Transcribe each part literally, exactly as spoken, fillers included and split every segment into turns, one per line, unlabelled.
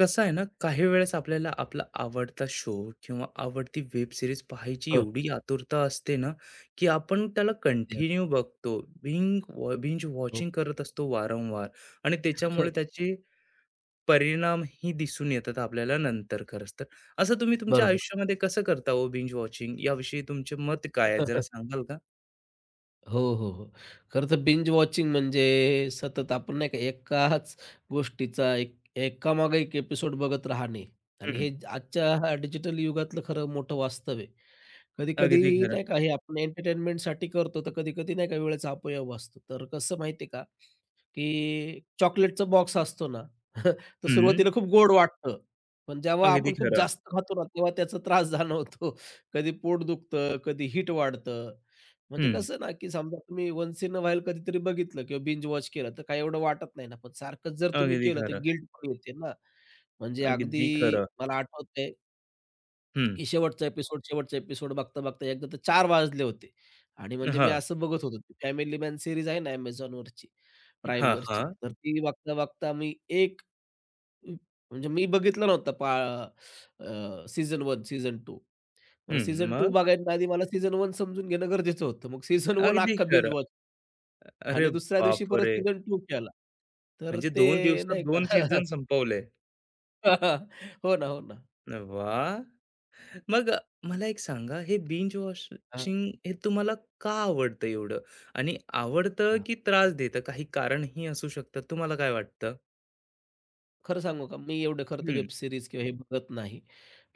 कसं आहे ना, काही वेळेस आपल्याला आपला आवडता शो किंवा आवडती वेब सीरीज पाहायची
हो.
एवढी आतुरता असते ना, की आपण त्याला
द्या.
कंटिन्यू बघतो. बिंग वॉ बिंज
हो.
वॉचिंग करत असतो वारंवार आणि त्याच्यामुळे त्याचे परिणामही दिसून येतात आपल्याला नंतर खरंच तर. असं तुम्ही तुमच्या
बरोबर.
आयुष्यामध्ये कसं करता हो बिंज वॉचिंग? याविषयी तुमचे मत काय आहे? जरा सांगाल का?
हो, हो, हो. खरं तर बिंज वॉचिंग म्हणजे सतत आपण नाही का एकाच गोष्टीचा एक एकामागे एक एपिसोड बघत राहणे आणि हे
हं,
आजच्या ह्या डिजिटल युगातलं खरं मोठं वास्तव आहे.
अगदी
कधी-कधी
खरं.
नाही का हे आपण एंटरटेनमेंटसाठी करतो, तर कधी-कधी नाही का वेळेचा अपव्यय असतो. तर कसं माहिती आहे का, की चॉकलेटचा बॉक्स असतो ना, तर
हं,
सुरुवातीला खूप गोड वाटतं. पण जेव्हा
अगदी
आपण खूप
खरं.
जास्त खातो ना, तेव्हा त्याचा त्रास जाणवतो. कधी पोट दुखतं, कधी हिट वाढतं. म्हणजे
हं,
कसं ना, की समजा तुम्ही वन्स इन अ व्हाईल कधीतरी बघितलं किंवा बिंज वॉच केलं, तर काही एवढं वाटत नाही ना. पण सारखंच जर तुम्ही
अगदी
केलं, तर
खरं.
गिल्ट पण येते ना. म्हणजे
अगदी
अगदी
खरं.
मला आठवतंय
हं,
की शेवटचा एपिसोड, शेवटचा एपिसोड बघता-बघता एकदा तर चार वाजले होते आणि म्हणजे मी
हां.
असं बघत होतो, ती फॅमिली मॅन सीरीज आहे ना Amazonवरची,
हां,
Primeवरची.
हां.
तर ती बघता-बघता मी एक म्हणजे मी बघितला नव्हता पा अ, सीझन वन, सीझन टू. मग
हं,
सीझन टू
मग?
बघायच्या आधी मला सीझन वन समजून घेणं गरजेचं होतं. मग सीझन वन
अगदी
अख्खा बिंज
खरं.
वॉच
अरे
आणि दुसऱ्या दिवशी परत
बापरे!
सीझन टू केला. तर
म्हणजे दोन
ते
दिवसात
नाही का
दोन सीझन संपवले.
हो ना, हो ना.
वाह! मग मला एक सांगा हे बिंज
हां,
वॉचिंग हे तुम्हाला का आवडतं एवढं? आणि आवडतं
हां.
की त्रास देतं? काही कारणही असू शकतं. तुम्हाला काय वाटतं?
खरं सांगू का? मी एवढं खरं तर
हं.
वेब सीरीज किंवा हे बघत नाही.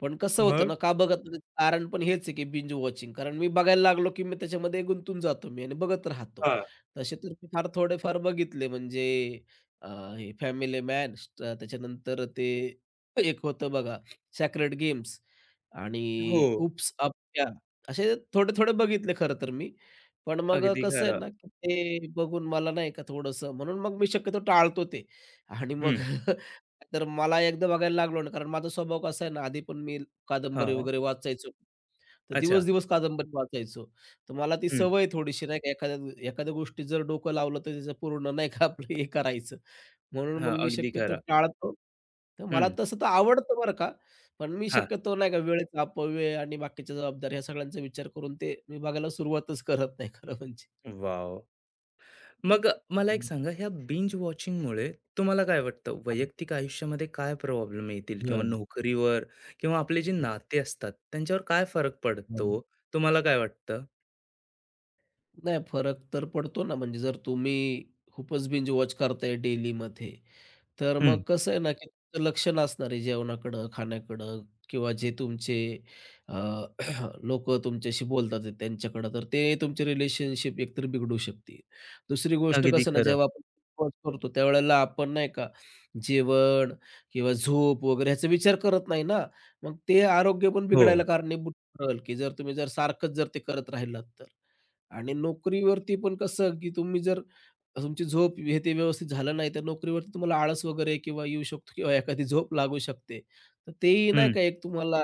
पण कसं होतं
मग?
ना, का बघत नाही? कारण पण हेच आहे की बिंज वॉचिंग. कारण मी बघायला लागलो की मी त्याच्यामध्ये गुंतून जातो मी आणि बघत राहतो.
हां.
तसे तर मी फार थोडेफार बघितले म्हणजे अ, हे फॅमिली मॅन, त्याच्यानंतर ते एक होतं बघा सेक्रेड गेम्स आणि
हो.
ऊप्स अप या असे थोडे-थोडे बघितले खरं तर मी. पण मग
अगदी
कसं आहे
खरं.
ना, की ते बघून मला नाही का थोडंसं म्हणून मग मी शक्यतो टाळतो ते आणि मग
हं.
तर मला एकदा बघायला लागलो ना, कारण माझा स्वभाव कसा आहे ना, आधी पण मी कादंबरी
हां.
वगैरे वाचायचो. तर
अच्छा.
दिवस-दिवस कादंबरी वाचायचो. तर मला ती
हं.
सवय थोडीशी नाही का, एखाद्या एखाद्या गोष्टीत जर डोकं लावलं तर त्याचं पूर्ण नाही का आपलं हे करायचं. म्हणून
हां.
मग मी
अगदी
शक्यतो
खरं.
टाळतो. तर मला
हं.
तसं तर आवडतं बरं का, पण मी
हां.
शक्यतो नाही का वेळेचा अपव्यय आणि बाकीच्या जबाबदाऱ्या ह्या सगळ्यांचा विचार करून ते मी बघायला सुरुवातच करत नाही खरं म्हणजे.
वॉव! मग मला एक
हं.
सांगा, ह्या बिंज वॉचिंगमुळे तुम्हाला काय वाटतं? वैयक्तिक आयुष्यामध्ये काय प्रॉब्लेम येतील किंवा
हां.
नोकरीवर किंवा आपले जे
हं,
नाते असतात, त्यांच्यावर काय फरक
हं.
पडतो? तुम्हाला काय वाटतं?
नाही, फरक तर पडतो ना, म्हणजे जर तुम्ही खूपच बिंज वॉच करताय डेलीमध्ये, तर
हं,
मग कसं आहे ना, की तुमचं लक्ष नसणार आहे जेवणाकडं, खाण्याकडं किंवा जे तुमचे अ, तुमच्याशी बोलतात आहेत त्यांच्याकडं, तर ते तुमचे रिलेशनशिप एकतर बिघडू शकते. दुसरी गोष्ट
अगदी
कसं ना,
खरं.
जेव्हा आपण वॉच करतो त्यावेळेला आपण नाही का, जेवण किंवा झोप वगैरे ह्याचा विचार करत नाही ना, मग ते आरोग्य पण
हो.
बिघडायला कारणीभूत ठरेल, की जर तुम्ही जर सारखंच जर ते करत राहिलात तर. आणि नोकरीवरती पण कसं, की तुम्ही जर तुमची झोप हे ते व्यवस्थित झालं नाही, तर नोकरीवरती तुम्हाला आळस वगैरे किंवा येऊ शकतो किंवा एखादी झोप लागू शकते. तर तेही नाही
हं,
का एक तुम्हाला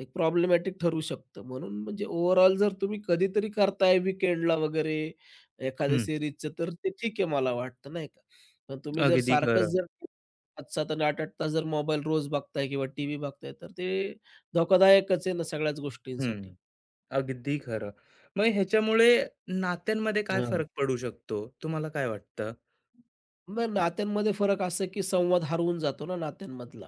एक प्रॉब्लेमॅटिक ठरू शकतं. म्हणून म्हणजे ओव्हरऑल जर तुम्ही कधीतरी करताय वीकेंडला वगैरे एखाद्या
हं.
सीरीजचं, तर ते ठीक आहे मला वाटतं, नाही का? पण तुम्ही जर
अगदी
सारखंच
खरं.
जर सात सात आणि आठ आठ तास जर मोबाईल रोज बघताय किंवा टीव्ही बघताय, तर ते धोकादायकच आहे ना सगळ्याच गोष्टींसाठी.
हं, अगदी खरं. मग ह्याच्यामुळे नात्यांमध्ये काय
हां.
फरक पडू शकतो? तुम्हाला काय वाटतं?
ना नात्यांमध्ये फरक असा की संवाद हरवून जातो ना नात्यांमधला,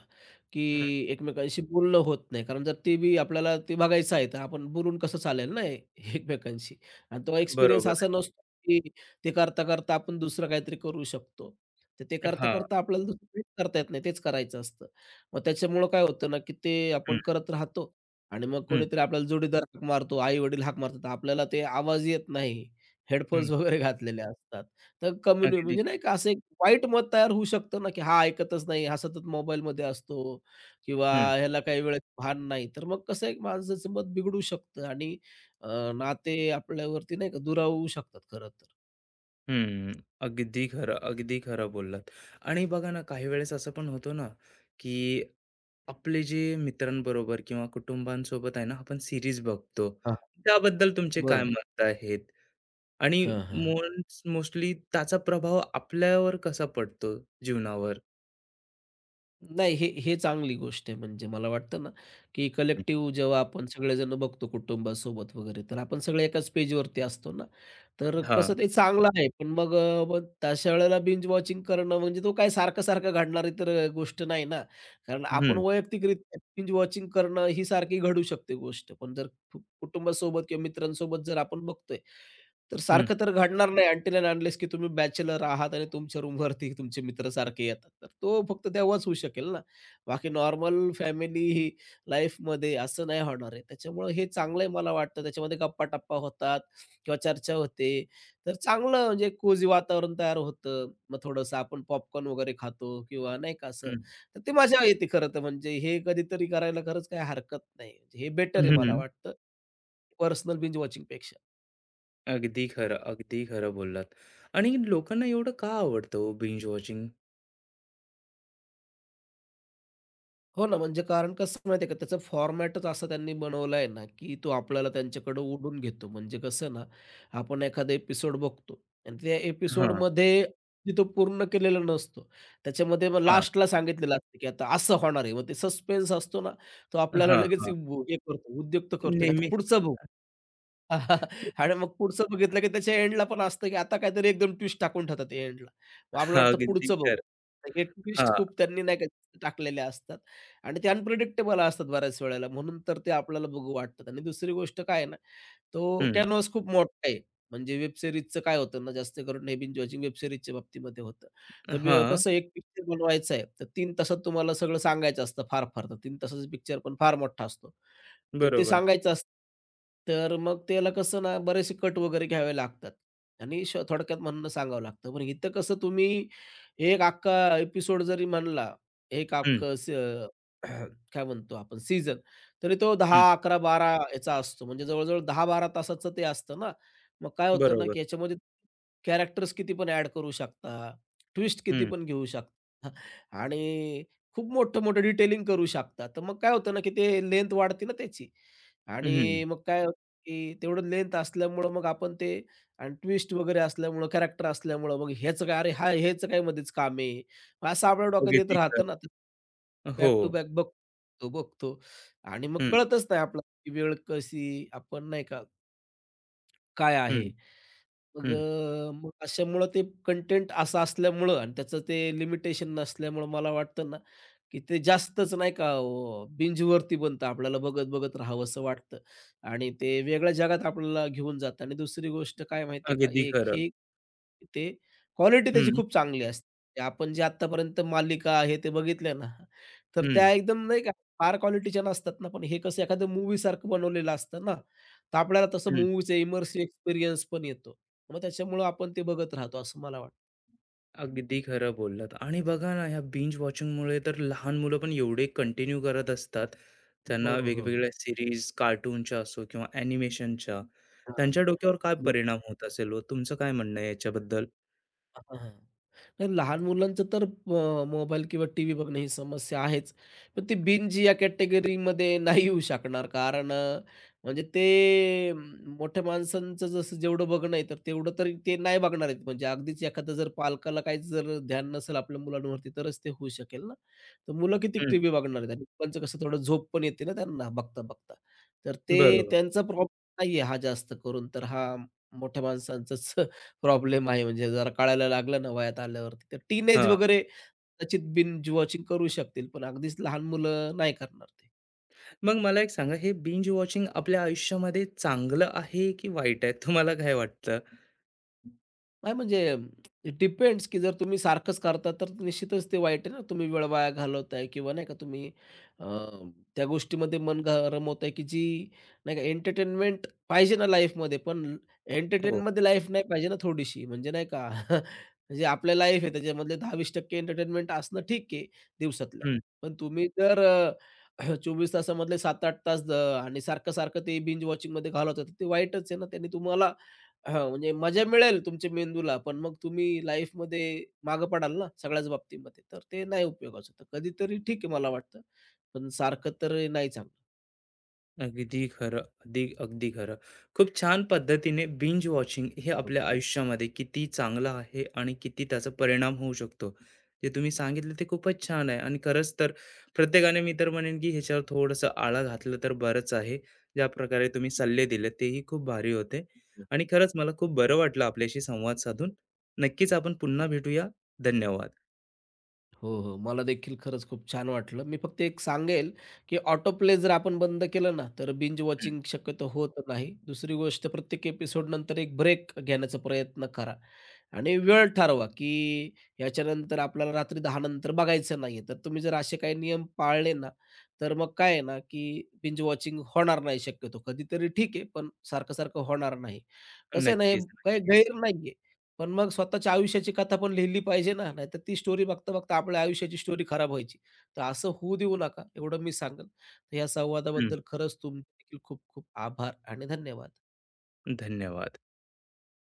की
हं,
एकमेकांशी बोलणं होत नाही. कारण जर ते बी आपल्याला ते बघायचं आहे, तर आपण बोलून कसं चालेल ना ए- एकमेकांशी. आणि तो एक्सपिरियन्स
बरोबर
असा नसतो की ते करता-करता आपण दुसरं काहीतरी करू शकतो. तर ते
आहे. हां.
करता-करता आपल्याला दुसरं काहीच करता येत नाही. तेच करायचं असतं. मग त्याच्यामुळं काय होतं ना, की ते
हं,
आपण करत राहतो आणि मग
हं,
कोणीतरी आपल्याला जोडीदार हाक मारतो, आई-वडील हाक मारतात. आपल्याला ते आवाज येत नाही.
हं.
हेडफोन्स वगैरे घातलेले असतात. तर कम्युनि
अगदी.
म्हणजे नाही का असं एक वाईट मत तयार होऊ शकतं ना, की हा ऐकतच नाही, हा सतत मोबाईलमध्ये असतो किंवा
हं.
ह्याला काही वेळेत भान नाही. तर मग कसं एक माणसाचं मत बिघडू शकतं आणि अ, नाते आपल्यावरती नाही का दुरावू शकतात खरं तर.
हम्म, अगदी खरं, अगदी खरं बोललात. आणि बघा ना, काही वेळेस असं पण होतो ना, की आपले जे मित्रांबरोबर किंवा कुटुंबांसोबत आहे ना, आपण सीरीज बघतो.
हां.
त्याबद्दल तुमचे काय
बरोबर.
मत आहेत? आणि
हां, हां.
मोन्स मोस्टली त्याचा प्रभाव आपल्यावर कसा पडतो जीवनावर?
नाही, हे हे चांगली गोष्ट आहे. म्हणजे मला वाटतं ना, की
हं.
कलेक्टिव्ह जेव्हा आपण सगळेजण बघतो कुटुंबासोबत वगैरे, तर आपण सगळे एकाच पेजवरती असतो ना. तर
हां.
कसं ते चांगलं आहे. पण मग अ, मग तशा वेळेला बिंज वॉचिंग करणं म्हणजे तो काय सारखं-सारखं घडणारी तर गोष्ट नाही ना. कारण आपण
हं,
वैयक्तिकरित्या बिंज वॉचिंग करणं ही सारखी घडू शकते गोष्ट. पण जर कु- कुटुंबासोबत किंवा मित्रांसोबत जर आपण बघतोय तर
हं,
सारखं तर घडणार नाही अनटिल अँड अनलेस की तुम्ही बॅचलर आहात आणि तुमच्या रूमवरती तुमचे मित्र सारखे येतात. तर तो फक्त तेव्हाच होऊ शकेल ना. बाकी नॉर्मल फॅमिली ही लाईफमध्ये असं नाही होणार आहे. त्याच्यामुळं हे चांगलं आहे मला वाटतं. त्याच्यामध्ये गप्पा-टप्पा होतात किंवा चर्चा होते. तर चांगलं म्हणजे कोझी वातावरण तयार होतं. मग थोडंसं आपण पॉपकॉर्न वगैरे खातो किंवा नाही का असं.
हं,
तर ती मजा येते खरं तर म्हणजे हे कधीतरी करायला खरंच काही हरकत नाही. म्हणजे हे बेटर आहे मला वाटतं, पर्सनल बिंज वॉचिंगपेक्षा.
अगदी खरं, अगदी खरं बोललात. आणि लोकांना एवढं का आवडतं बिंज वॉचिंग?
हो ना, म्हणजे कारण कसं माहिती आहे का, त्याचा फॉर्मॅटच असा त्यांनी बनवला आहे ना, की तो आपल्याला त्यांच्याकडं ओढून घेतो. म्हणजे कसं ना, आपण एखादा एपिसोड बघतो आणि त्या
हां,
एपिसोडमध्ये तो पूर्ण केलेला नसतो. त्याच्यामध्ये मग
हां.
लास्टला सांगितलेलं असतं, की आता असं होणार आहे. मग ते सस्पेन्स असतो ना, तो आपल्याला
हां,
लगेच
हां.
हे करतो, उद्युक्त करतो, की आता
नेहमी
पुढचं बघू. आणि मग पुढचं बघितलं, की त्याच्या एंडला पण असतं, की आता काहीतरी एकदम ट्विस्ट टाकून ठेवतात एंडला. मग आपल्याला
हां,
वाटतं
अगदी
पुढचं बघू.
खरं.
हे ट्विस्ट
हां,
खूप त्यांनी नाही का टाकलेले असतात आणि ते अनप्रिडिक्टेबल असतात बऱ्याच वेळेला म्हणून तर ते आपल्याला बघू वाटतात आणि दुसरी गोष्ट काय आहे ना, तो
हं.
कॅनव्हास खूप मोठा आहे. म्हणजे वेब सीरीजचं काय होतं ना, जास्त करून हे बिंज वॉचिंग वेब सीरीजच्या बाबतीमध्ये होतं. तर मी
हां,
कसं एक पिक्चर बनवायचा आहे, तर तीन तासात तुम्हाला सगळं सांगायचं असतं फार-फार. तर तीन तासाचा पिक्चर पण फार मोठा असतो. तर ते
बरोबर.
सांगायचं असतं. तर मग त्याला कसं ना बरेचसे कट वगैरे घ्यावे लागतात आणि श थोडक्यात म्हणणं सांगावं लागतं. पण इथं कसं तुम्ही एक अख्खा एपिसोड जरी म्हणला, एक
हं,
अख्खं स काय म्हणतो आपण सीझन, तरी तो
हं.
दहा अकरा, बारा याचा असतो. म्हणजे जवळ-जवळ दहा ते बारा तासाचं ते असतं ना. मग काय होतं ना,
बरोबर.
की याच्यामध्ये कॅरेक्टर्स किती पण ॲड करू शकता, ट्विस्ट किती
हं,
पण घेऊ शकता आणि खूप मोठं-मोठं डिटेलिंग करू शकता. तर मग काय होतं ना, की ते लेंथ वाढते ना त्याची
हं.
आणि मग काय होतं, की तेवढं लेंथ असल्यामुळं मग आपण ते आणि ट्विस्ट वगैरे असल्यामुळं, कॅरेक्टर असल्यामुळं मग ह्याचं काय, अरे हा ह्याचं काय मध्येच काम आहे. मग असं आपल्या डोक्यात येत
अगदी खरं.
राहतं ना. तर
हो.
बॅक टू बॅक बघतो, बघतो आणि मग
हं,
कळतच नाही आपल्याला, वेळ कशी आपण नाही का काय आहे?
हं,
मग
हं.
अ, मग अशामुळं ते कंटेंट असं असल्यामुळं आणि त्याचं ते लिमिटेशन नसल्यामुळं मला वाटतं ना, की ते जास्तच नाही का अ, बिंजवरती बनतं. आपल्याला बघत-बघत राहावसं वाटतं आणि ते वेगळ्या जगात आपल्याला घेऊन जातं आणि दुसरी गोष्ट काय माहिती आहे का?
अगदी
एक
खरं.
हे ते क्वालिटी
हं,
त्याची खूप चांगली असते. ते आपण जे आत्तापर्यंत मालिका आहे ते बघितल्या ना, तर त्या
हं,
एकदम नाही का फार क्वालिटीच्या नसतात ना, पण हे कसं एखादं मूव्हीसारखं बनवलेलं असतं ना, तर आपल्याला तसं
हं.
मूव्हीचं इमर्सिव्ह एक्सपिरियन्स पण येतो. मग त्याच्यामुळं आपण ते बघत राहतो असं मला वाटतं.
अगदी खरं बोललात आणि बघा ना, ह्या बिंज वॉचिंगमुळे तर लहान मुलं पण एवढे कंटिन्यू करत असतात. त्यांना
हो, हो, हो.
वेगवेगळ्या सीरीज, कार्टूनच्या असो किंवा ॲनिमेशनच्या,
हां.
त्यांच्या डोक्यावर काय
बरं.
परिणाम होत असेल हो? तुमचं काय म्हणणं आहे याच्याबद्दल?
हां, हां. नाही लहान मुलांचं तर अ, मोबाईल किंवा टीव्ही बघणं ही समस्या आहेच. पण ते बिंज या कॅटेगरीमध्ये नाही येऊ शकणार. कारण अ, म्हणजे ते अम, मोठ्या माणसांचं जसं जेवढं बघणं आहे, तर तेवढं तरी ते नाही बघणार आहेत. म्हणजे अगदीच एखादा जर पालकाला काहीच जर ध्यान नसेल आपल्या मुलांवरती, तरच ते होऊ शकेल ना. तर मुलं किती
हं,
टीव्ही बघणार आहेत आणि मुलांचं कसं थोडं झोप पण येते ना त्यांना बघता-बघता. तर ते
बरोबर.
त्यांचा प्रॉब्लेम नाही आहे हा जास्त करून, तर हा मोठ्या माणसांचाच प्रॉब्लेम आहे म्हणजे जरा कळायला लागलं ना वयात आल्यावरती तर टीनेज
हां.
वगैरे कदाचित बिन वॉचिंग करू शकतील, पण अगदीच लहान मुलं नाही करणार ते.
मग मला एक सांगा, हे बिंज वॉचिंग आपल्या आयुष्यामध्ये चांगलं आहे की वाईट आहे? तुम्हाला काय वाटतं?
नाही म्हणजे इट डिपेंड्स, की जर तुम्ही सारखंच करता तर निश्चितच ते वाईट आहे ना. तुम्ही वेळ वाया घालवताय किंवा नाही का तुम्ही अ, त्या गोष्टीमध्ये मन घ रमवताय, की जी नाही का एंटरटेनमेंट पाहिजे ना लाईफमध्ये, पण
हो.
एंटरटेनमध्ये लाईफ नाही पाहिजे ना थोडीशी. म्हणजे नाही का म्हणजे आपल्या लाईफ आहे त्याच्यामधले दहा-वीस टक्के एंटरटेनमेंट असणं ठीक आहे दिवसातल्या.
हं.
पण तुम्ही जर अ, चोवीस तासामधले सात ते आठ तास अ, आणि सारखं-सारखं ते बिंज वॉचिंगमध्ये घालवतात, ते वाईटच आहे ना. त्याने तुम्हाला हां, म्हणजे मजा मिळेल तुमच्या मेंदूला, पण मग तुम्ही लाईफमध्ये मागे पडाल ना सगळ्याच बाबतीमध्ये, तर ते नाही उपयोगाचं. तर कधीतरी ठीक आहे मला वाटतं, पण सारखं तर नाही चांगलं.
अगदी खरं. अगदी, अगदी खरं. खूप छान पद्धतीने बिंज वॉचिंग हे
हो,
आपल्या आयुष्यामध्ये किती चांगलं आहे आणि किती त्याचा परिणाम होऊ शकतो. जे तुम्ही सांगितलं ते खूपच छान आहे आणि खरंच तर प्रत्येकाने मी तर म्हणेन की ह्याच्यावर थोडंसं आळा घातलं तर बरंच आहे. ज्या प्रकारे तुम्ही सल्ले दिले तेही खूप भारी होते
हो,
आणि खरंच मला खूप बरं वाटलं आपल्याशी संवाद साधून. नक्कीच
हो.
आपण पुन्हा भेटूया. धन्यवाद.
हो, हो. मला देखील खरंच खूप छान वाटलं. मी फक्त एक सांगेल, की ऑटो प्ले जर आपण बंद केलं ना, तर बिंज
हं.
वॉचिंग शक्यतो होत नाही. दुसरी गोष्ट प्रत्येक एपिसोडनंतर एक ब्रेक घेण्याचा प्रयत्न करा. आणि वेळ ठरवा, की याच्यानंतर आपल्याला रात्री दहा नंतर बघायचं नाहीये. तर तुम्ही जर असे काही नियम पाळले ना, तर मग काय आहे ना, की बिंज वॉचिंग होणार नाही शक्यतो. कधीतरी ठीक आहे, पण सारखं-सारखं होणार नाही. कसं आहे ना, हे
नक्कीच.
काही गैर नाहीये. पण मग स्वतःच्या आयुष्याची कथा पण लिहिली पाहिजे ना, नाहीतर ती स्टोरी बघता-बघता आपल्या आयुष्याची स्टोरी खराब व्हायची. तर असं होऊ देऊ नका, एवढं मी सांगेल. तर या
हं.
संवादाबद्दल खरंच तुमचे देखील खूप-खूप आभार आणि धन्यवाद.
धन्यवाद.